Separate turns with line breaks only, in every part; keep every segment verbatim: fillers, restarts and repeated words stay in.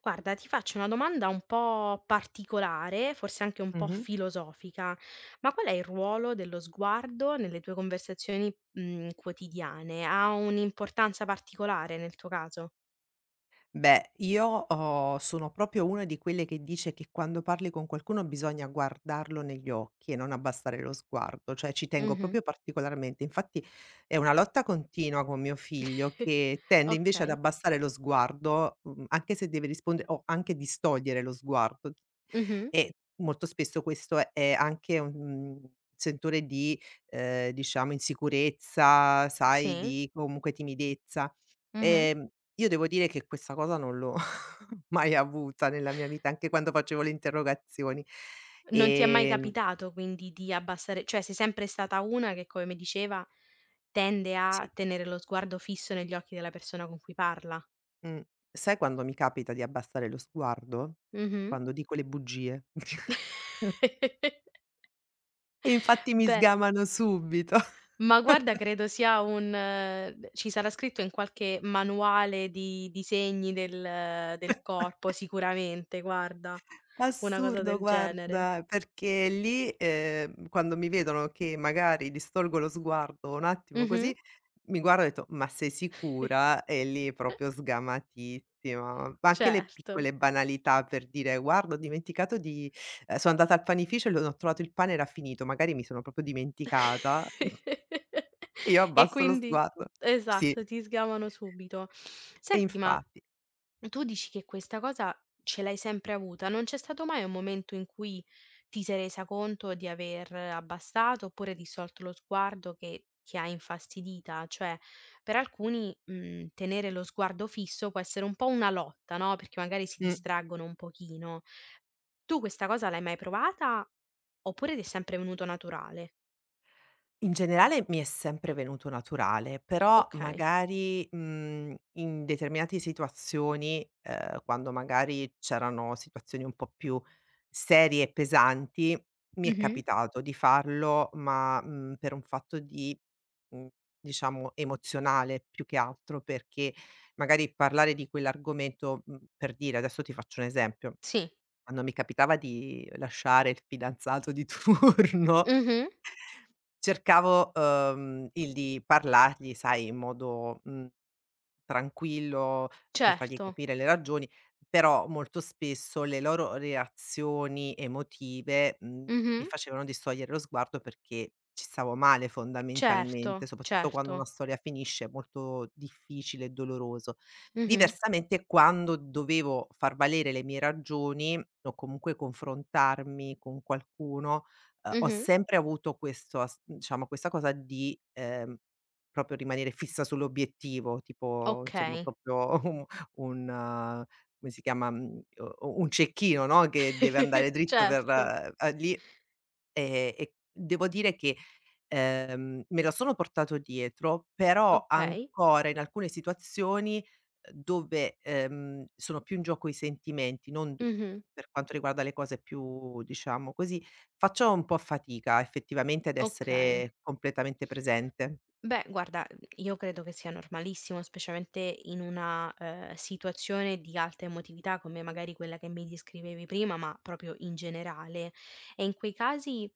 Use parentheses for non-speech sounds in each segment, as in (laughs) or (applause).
Guarda, ti faccio una domanda un po' particolare, forse anche un po'
Mh-mh.
filosofica, ma qual è il ruolo dello sguardo nelle tue conversazioni, mhmm, quotidiane? Ha un'importanza particolare nel tuo caso?
Beh, io ho sono proprio una di quelle che dice che quando parli con qualcuno bisogna guardarlo negli occhi e non abbassare lo sguardo, cioè ci tengo
Mh-mh.
proprio particolarmente. Infatti è una lotta continua con mio figlio
(laughs)
che tende invece ad
Okay.
abbassare lo sguardo, mhmm, anche se deve rispondere o anche distogliere lo sguardo.
Mh-mh.
E molto spesso questo è è anche un, mhmm, sentore di, ehm, diciamo insicurezza, sai,
Sì.
di comunque timidezza.
Mh-mh.
Ehm, io devo dire che questa cosa non l'ho (laughs) mai avuta nella mia vita, anche quando facevo le interrogazioni.
Non ti è mai
Ehm
capitato quindi di abbassare cioè sei sempre stata una che, come mi diceva, tende a
sì,
tenere lo sguardo fisso negli occhi della persona con cui parla?
mh. Sai quando mi capita di abbassare lo sguardo?
Mh-mh.
Quando dico le bugie. (laughs)
(laughs)
E infatti mi
Beh.
sgamano subito.
Ma guarda credo sia un ehm, ci sarà scritto in qualche manuale di disegni del del corpo sicuramente, guarda, una cosa
Assurdo
del genere.
guarda, perché lì, ehm, quando mi vedono che magari distolgo lo sguardo un attimo
Mh-mh,
così, mi guarda e ho detto: "Ma sei sicura?" E lì proprio sgamatissima. Ma anche le
certo.
piccole banalità per dire: "Guarda ho dimenticato di ehm, sono andata al panificio e l ho trovato il pane era finito." Magari mi sono proprio dimenticata, (laughs)
(laughs)
e io
E
abbasso lo
quindi
sguardo. Sì,
esatto, ti sgamano subito.
e
Senti ma
infatti.
tu dici che questa cosa ce l'hai sempre avuta, non c'è stato mai un momento in cui ti sei resa conto di aver abbassato oppure risolto lo sguardo che ti ha infastidita? Cioè, per alcuni, mhmm, tenere lo sguardo fisso può essere un po' una lotta, no, perché magari si
Mh.
distraggono un pochino. Tu questa cosa l'hai mai provata oppure ti è sempre venuto naturale?
In generale mi è sempre venuto naturale, però
Okay.
magari, mhmm, in determinate situazioni, ehm, quando magari c'erano situazioni un po' più serie e pesanti, mi è
Mh-mh.
capitato di farlo, ma, mhmm, per un fatto di mhmm, diciamo emozionale più che altro, perché magari parlare di quell'argomento mhmm, per dire, adesso ti faccio un
Eh.
esempio,
Sì.
quando mi capitava di lasciare il fidanzato di (laughs) turno.
Mh-mh.
Cercavo, uhm, il di parlargli, sai, in modo, mhmm Tranquillo, per fargli
Certo.
capire le ragioni, però molto spesso le loro reazioni emotive, mhmm,
Mh-mh.
mi facevano distogliere lo sguardo perché ci stavo male
Certo,
fondamentalmente, soprattutto
certo.
quando una storia finisce è molto difficile e doloroso.
Mh-mh.
Diversamente quando dovevo far valere le mie ragioni o comunque confrontarmi con qualcuno, uhm, ho
Mh-mh.
sempre avuto questo as diciamo questa cosa di, ehm Proprio rimanere fissa sull'obiettivo, tipo insomma
Okay.
proprio (laughs) u un eh, come si chiama, mhmm, u un cecchino, no, che deve andare
(laughs)
dritto per
Certo.
eh, a lì, ehm, e devo dire che, ehm, me lo sono portato dietro, però
Okay.
ancora in alcune situazioni, uhm, dove, ehm, sono più in gioco i sentimenti, non d
Mh-mh.
per quanto riguarda le cose più diciamo così, faccio un po' fatica effettivamente ad
Okay.
essere completamente presente.
Beh, guarda, mhmm, io credo che sia normalissimo, specialmente in una, ehm, situazione di alta emotività come magari quella che mi descrivevi prima, ma proprio in generale. E in quei casi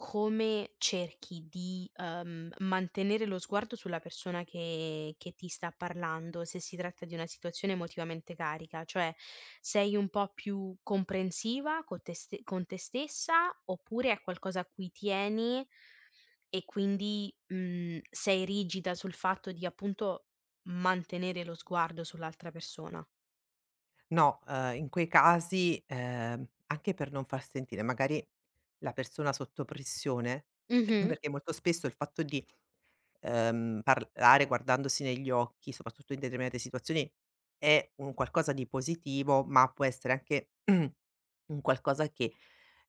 come cerchi di, uhm, mantenere lo sguardo sulla persona che che ti sta parlando, se si tratta di una situazione emotivamente carica? Cioè, sei un po' più comprensiva co te ste con te stessa, oppure è qualcosa a cui tieni e quindi, mhmm, sei rigida sul fatto di, appunto, mantenere lo sguardo sull'altra persona?
No, ehm, in quei casi, ehm, anche per non far sentire magari la persona sotto pressione, (clears throat) (laughs) Mh-mh.
Mh-mh.
Perché molto spesso il fatto di, ehm, parlare guardandosi negli occhi, soprattutto in determinate situazioni, è un qualcosa di positivo, ma può essere anche (clears throat) un qualcosa che,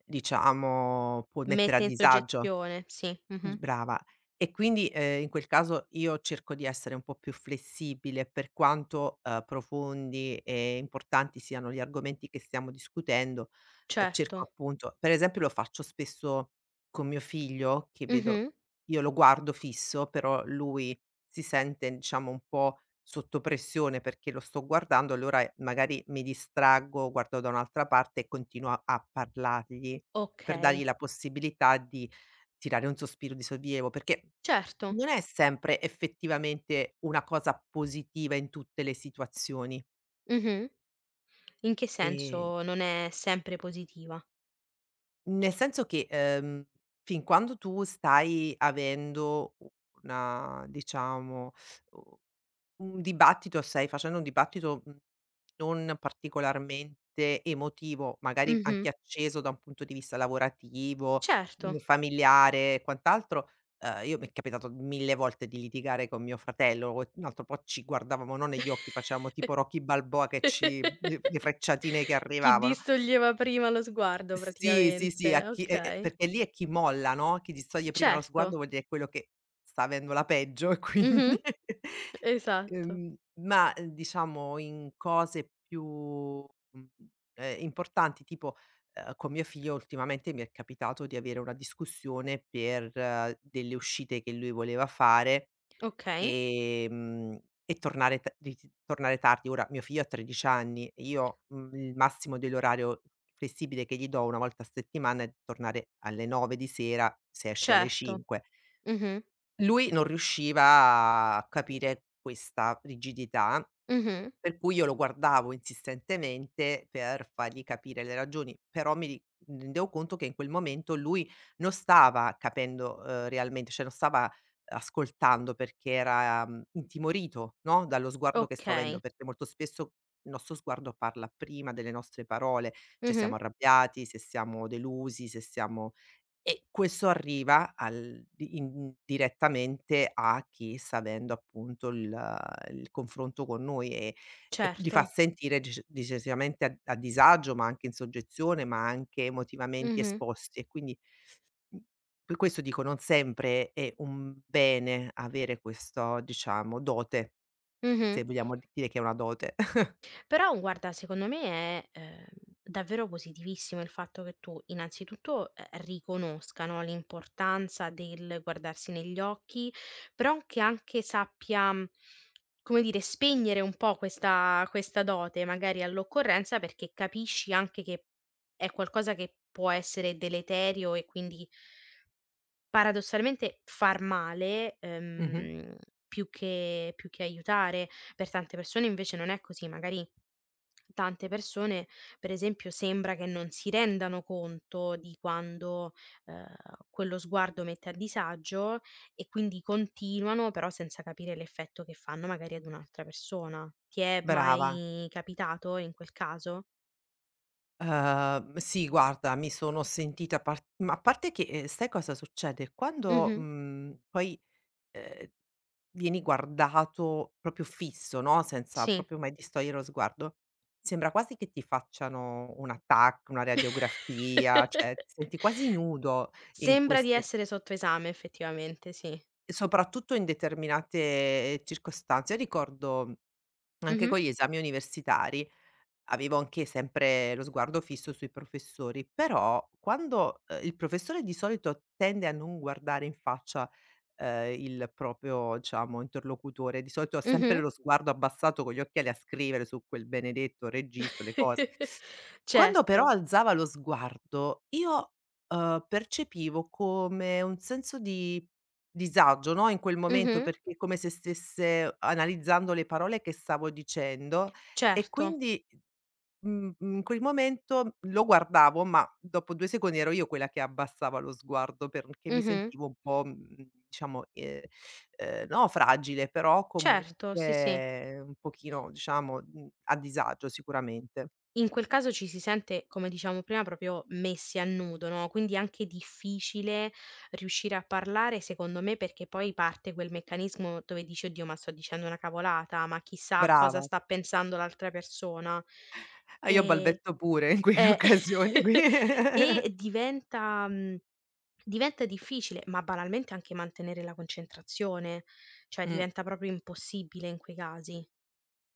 diciamo, può mettere a
Mette in
disagio.
soggezione, sì.
D
Mh-mh.
brava. E quindi, ehm, in quel caso io cerco di essere un po' più flessibile per quanto, uhm, profondi e importanti siano gli argomenti che stiamo discutendo, ehm, cerco
Certo.
appunto per esempio lo faccio spesso con mio figlio che vedo
Mh-mh.
io lo guardo fisso, però lui si sente diciamo un po' sotto pressione perché lo sto guardando, allora eh, magari mi distraggo, guardo da un'altra parte e continuo a a parlargli per dargli
Okay,
la possibilità di tirare un sospiro di sollievo, perché
certo.
non è sempre effettivamente una cosa positiva in tutte le situazioni.
Mh-mh. In che
Ehm,
senso non è sempre positiva?
nel senso che, ehm, fin quando tu stai avendo una diciamo u Un dibattito stai facendo un dibattito, mhmm, non particolarmente emotivo, magari
Mh-mh.
anche acceso da un punto di vista lavorativo,
Certo.
mhmm, familiare e quant'altro. Uhm, io mi è capitato mille volte di litigare con mio fratello, o un altro po' ci guardavamo non negli occhi, facevamo tipo Rocky Balboa che ci le le
(laughs)
frecciatine che
Chi
arrivavano.
distoglieva prima lo sguardo
Sì, sì, sì,
praticamente,
a chi e e
okay.
perché lì è chi molla, no, chi distoglie prima lo sguardo
Certo.
vuol dire è quello che sta avendo la peggio (laughs) e quindi
Mh-mh. Esatto.
ehm, ma, ehm, diciamo in cose più, mhmm, ehm, importanti tipo, ehm, con mio figlio ultimamente mi è capitato di avere una discussione per eh, delle uscite che lui voleva fare.
Okay.
Ehm, e tornare t di t tornare tardi. Ora mio figlio ha tredici anni e io, mhmm, il massimo dell'orario flessibile che gli do una volta a settimana è tornare alle nove di sera se esce alle
Certo.
cinque.
Mh-mh.
Lui non riusciva a capire questa rigidità
Mh-mh.
per cui io lo guardavo insistentemente per fargli capire le ragioni, però mi ri mi rendevo conto che in quel momento lui non stava capendo, uhm, realmente, cioè non stava ascoltando perché era, mhmm, intimorito, no, dallo sguardo che stavo avendo,
Okay.
perché molto spesso il nostro sguardo parla prima delle nostre parole, cioè
Mh-mh.
siamo arrabbiati, se siamo delusi, se siamo e questo arriva al di indirettamente a chi sta avendo appunto il il confronto con noi e e li fa
Certo.
sentire dece decisamente a a disagio, ma anche in soggezione, ma anche emotivamente
Mh-mh.
esposti. E quindi, mhmm, per questo dico non sempre è un bene avere questo diciamo dote,
Mh-mh.
se vogliamo dire che è una dote. (laughs)
Però guarda, secondo me è, ehm, davvero positivissimo il fatto che tu innanzitutto, ehm, riconosca, no, l'importanza del guardarsi negli occhi, però che anche sappia, mhmm, come dire, spegnere un po' questa questa dote magari all'occorrenza, perché capisci anche che è qualcosa che può essere deleterio e quindi paradossalmente far male,
Mh-mh.
ehm, più che più che aiutare, per tante persone invece non è così. Magari tante persone, per esempio, sembra che non si rendano conto di quando, ehm, quello sguardo mette a disagio e quindi continuano, però senza capire l'effetto che fanno magari ad un'altra persona. Ti è
Brava.
mai capitato in quel caso?
Ehm, sì guarda, mi sono sentita par ma a parte che, ehm, sai cosa succede? Quando,
Mh-mh,
mhmm, poi, ehm, vieni guardato proprio fisso, no, senza
sì.
proprio mai distogliere lo sguardo, sembra quasi che ti facciano un attacco, una radiografia, cioè ti
(laughs)
senti quasi nudo in
Sembra di
queste
essere sotto esame effettivamente, sì.
soprattutto in determinate ehm, circostanze. Io ricordo anche
Mh-mh,
con gli esami universitari. Avevo anche sempre lo sguardo fisso sui professori, però quando, ehm, il professore di solito tende a non guardare in faccia, ehm, il proprio diciamo interlocutore, di solito ha sempre
mh-mh.
lo sguardo abbassato con gli occhiali a scrivere su quel benedetto registro, le cose.
(laughs)
Quando però
Certo,
alzava lo sguardo io, ehm, percepivo come un senso di disagio, no, in quel momento,
mh-mh,
perché è come se stesse analizzando le parole che stavo dicendo e
certo,
quindi Mhmm, mhmm, in quel momento lo guardavo, ma dopo due secondi ero io quella che abbassava lo sguardo perché mi
mh-mh,
sentivo un po', mhmm, diciamo, ehm, ehm, no fragile, però
certo, sì, sì.
comunque un pochino, diciamo, mhmm, a disagio sicuramente.
In quel caso ci si sente, come diciamo prima, proprio messi a nudo, no, quindi è anche difficile riuscire a parlare, secondo me, perché poi parte quel meccanismo dove dici: "Oddio, ma sto dicendo una cavolata, ma chissà cosa
Brava.
sta pensando l'altra persona".
Ah, io
Ehm.
balbetto pure in quelle
Eh,
occasioni qui.
(laughs)
(laughs)
e diventa mhmm, diventa difficile, ma banalmente anche mantenere la concentrazione, cioè
Mh.
diventa proprio impossibile in quei casi.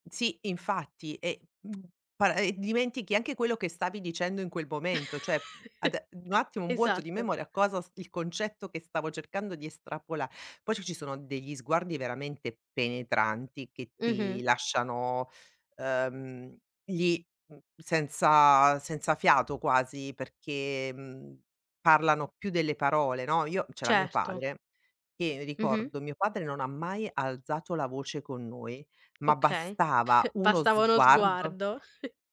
Sì, infatti, e, mhmm, para e dimentichi anche quello che stavi dicendo in quel momento,
(laughs)
cioè ad un attimo un vuoto di
Esatto.
memoria, cosa s il concetto che stavo cercando di estrapola. Poi ci ci sono degli sguardi veramente penetranti che ti
Mh-mh.
lasciano, ehm, lì, mhmm, senza senza fiato quasi, perché, mhmm, parlano più delle parole, no, io c'era mio
Certo.
padre che
Mh-mh.
ricordo, mio padre non ha mai alzato la voce con noi. Ma
Okay.
bastava
(laughs)
uno
Bastava uno
sguardo,
sguardo.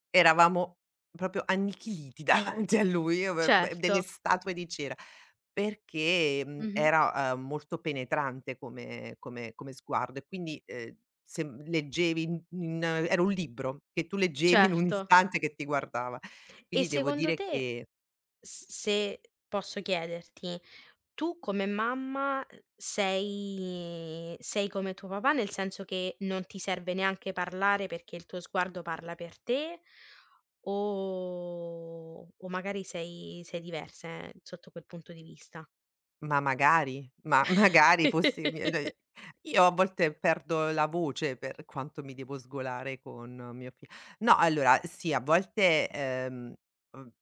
eravamo proprio annichiliti (laughs) davanti a lui, io ve beh, delle
Certo.
statue di cera, perché, mhmm,
Mh-mh.
era, uhm, molto penetrante come come come sguardo e quindi, ehm, se leggevi in in era un libro che tu leggevi in un
Certo.
istante che ti guardava.
E
Quindi devo
secondo
dire
te,
che.
s se posso chiederti, tu come mamma sei sei come tuo papà, nel senso che non ti serve neanche parlare perché il tuo sguardo parla per te o o magari sei sei diversa, ehm, sotto quel punto di vista?
Ma magari, ma magari fossi mia d
(laughs)
(unintelligible) io a volte perdo la voce per quanto mi devo sgolare con mio fi. No, allora sì, a volte, ehm, uhm,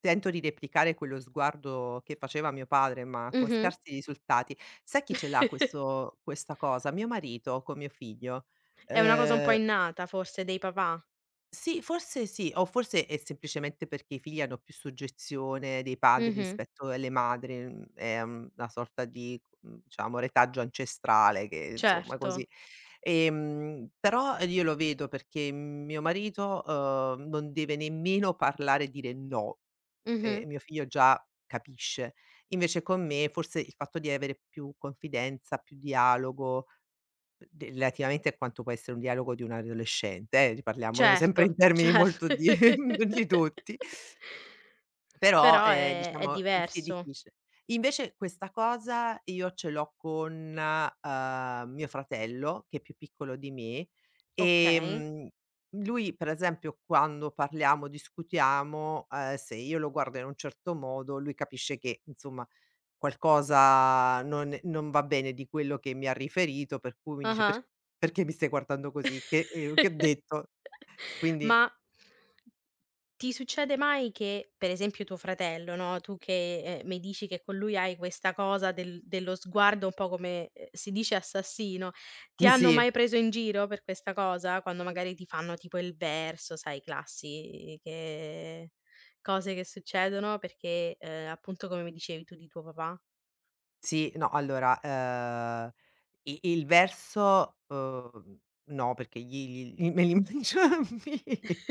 tento di replicare quello sguardo che faceva mio padre, ma con
Mh-mh.
scarsi risultati. Sai chi ce l'ha
(laughs)
questo questa cosa? Mio marito con mio figlio.
È una cosa un po'
Uhm
innata forse dei papà.
sì, forse sì, o forse è semplicemente perché i figli hanno più soggezione dei padri
Mh-mh.
rispetto alle madri, mhmm, è mm, una sorta di, mhmm, diciamo retaggio ancestrale che insomma
Certo.
così. Ehm, però io lo vedo perché mio marito, uhm, non deve nemmeno parlare e dire no,
Mh-mh.
e mio figlio già capisce. Invece con me forse il fatto di avere più confidenza, più dialogo De relativamente a quanto può essere un dialogo di un adolescente, eh, di parliamo (laughs) sempre
Certo,
in termini
certo.
molto di (laughs)
(laughs)
ridotti, però,
Però
ehm,
è è
diciamo eh, sì, è
diverso.
difficile. Invece questa cosa io ce l'ho con, uhm, mio fratello, che è più piccolo di me,
Okay.
ehm, lui per esempio quando parliamo, discutiamo, uhm, se io lo guardo in un certo modo, lui capisce che insomma qualcosa non non va bene di quello che mi ha riferito, per cui mi dice: "Per
Ah-ah.
perché mi stai guardando così? Che ehm, che ho
(laughs)
detto?" Quindi
Ma ti succede mai che, per esempio tuo fratello, no, tu che, ehm, mi dici che con lui hai questa cosa del dello sguardo un po' come, ehm, si dice assassino, ti hanno
sì.
mai preso in giro per questa cosa? Quando magari ti fanno tipo il verso, sai classiche cose che succedono perché, ehm, appunto come mi dicevi tu di tuo papà.
Sì, no, allora, ehm, i il verso, uhm, no, perché gli gli gli- me li (laughs) mangio vivi.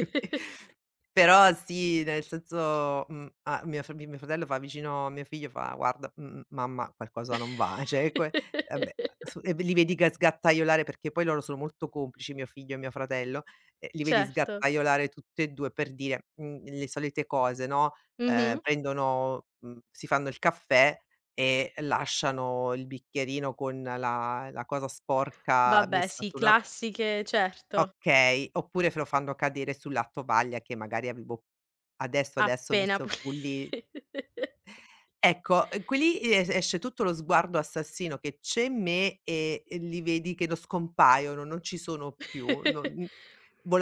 Però sì, nel senso, mhmm, a mia fr mio fratello fa vicino a mio figlio, fa: "Guarda, mhmm, mamma qualcosa non va." (laughs) Cioè que
(laughs)
e beh, su e li vedi che sgattaiolare perché poi loro sono molto complici, mio figlio e mio fratello, e li vedi
Certo.
sgattaiolare tutti e due per dire, mhmm, le solite cose, no, ehm,
Mh-mh.
prendono mhmm, si fanno il caffè e lasciano il bicchierino con la la cosa sporca
Vabbè
messa
sì,
sulla
classiche certo.
okay, oppure lo fanno cadere sulla tovaglia che magari avevo adesso, adesso
Appena pu.
messo pulì
(laughs)
ecco, e qui lì es esce tutto lo sguardo assassino che c'è in me e e li vedi che no scompaiono, non ci sono più, non n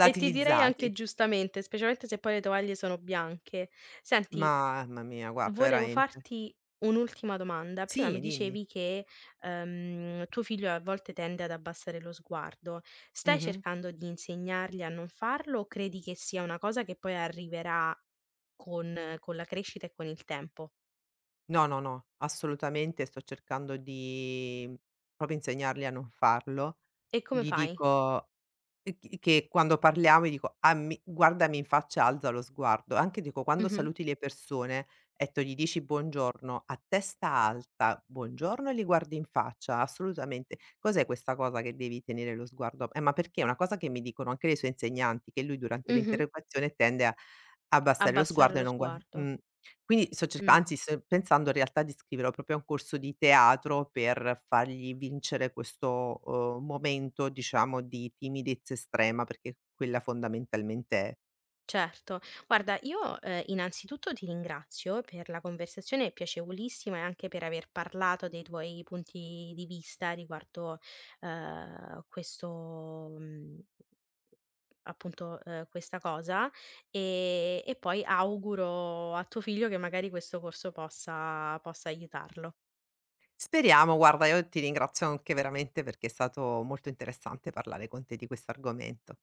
E ti direi anche giustamente, specialmente se poi le tovaglie sono bianche. Senti,
Mamma mia, guarda
volevo
veramente.
farti un'ultima domanda. Prima mi
Sì, dimmi.
dicevi che, ehm, tuo figlio a volte tende ad abbassare lo sguardo. Stai
Mh-mh.
cercando di insegnargli a non farlo o credi che sia una cosa che poi arriverà con con la crescita e con il tempo?
No, no, no, assolutamente sto cercando di proprio insegnargli a non farlo.
E come
Gli
fai?
dico e c che quando parliamo gli dico: "Ah, mi guardami in faccia, alza lo sguardo". Anche dico quando
Mh-mh,
saluti le persone, etto gli dici: "Buongiorno" a testa alta, "Buongiorno" e li guardi in faccia, assolutamente. Cos'è questa cosa che devi tenere lo sguardo eh, ma perché è una cosa che mi dicono anche le sue insegnanti, che lui durante
mh-mh.
l'interrogazione tende a abbassare lo
Abbassare
sguardo e
lo
non guar
sguardo.
mh. Quindi sto cerca
Mh.
anzi sto pensando in realtà di iscriverlo proprio a un corso di teatro per fargli vincere questo, uhm, momento diciamo di timidezza estrema, perché quella fondamentalmente è.
Certo. Guarda, io, ehm, innanzitutto ti ringrazio per la conversazione piacevolissima e anche per aver parlato dei tuoi punti di vista riguardo, ehm, questo mhmm, appunto, ehm, questa cosa, ehm, e poi auguro a tuo figlio che magari questo corso possa possa aiutarlo.
Speriamo, guarda io ti ringrazio anche veramente perché è stato molto interessante parlare con te di questo argomento.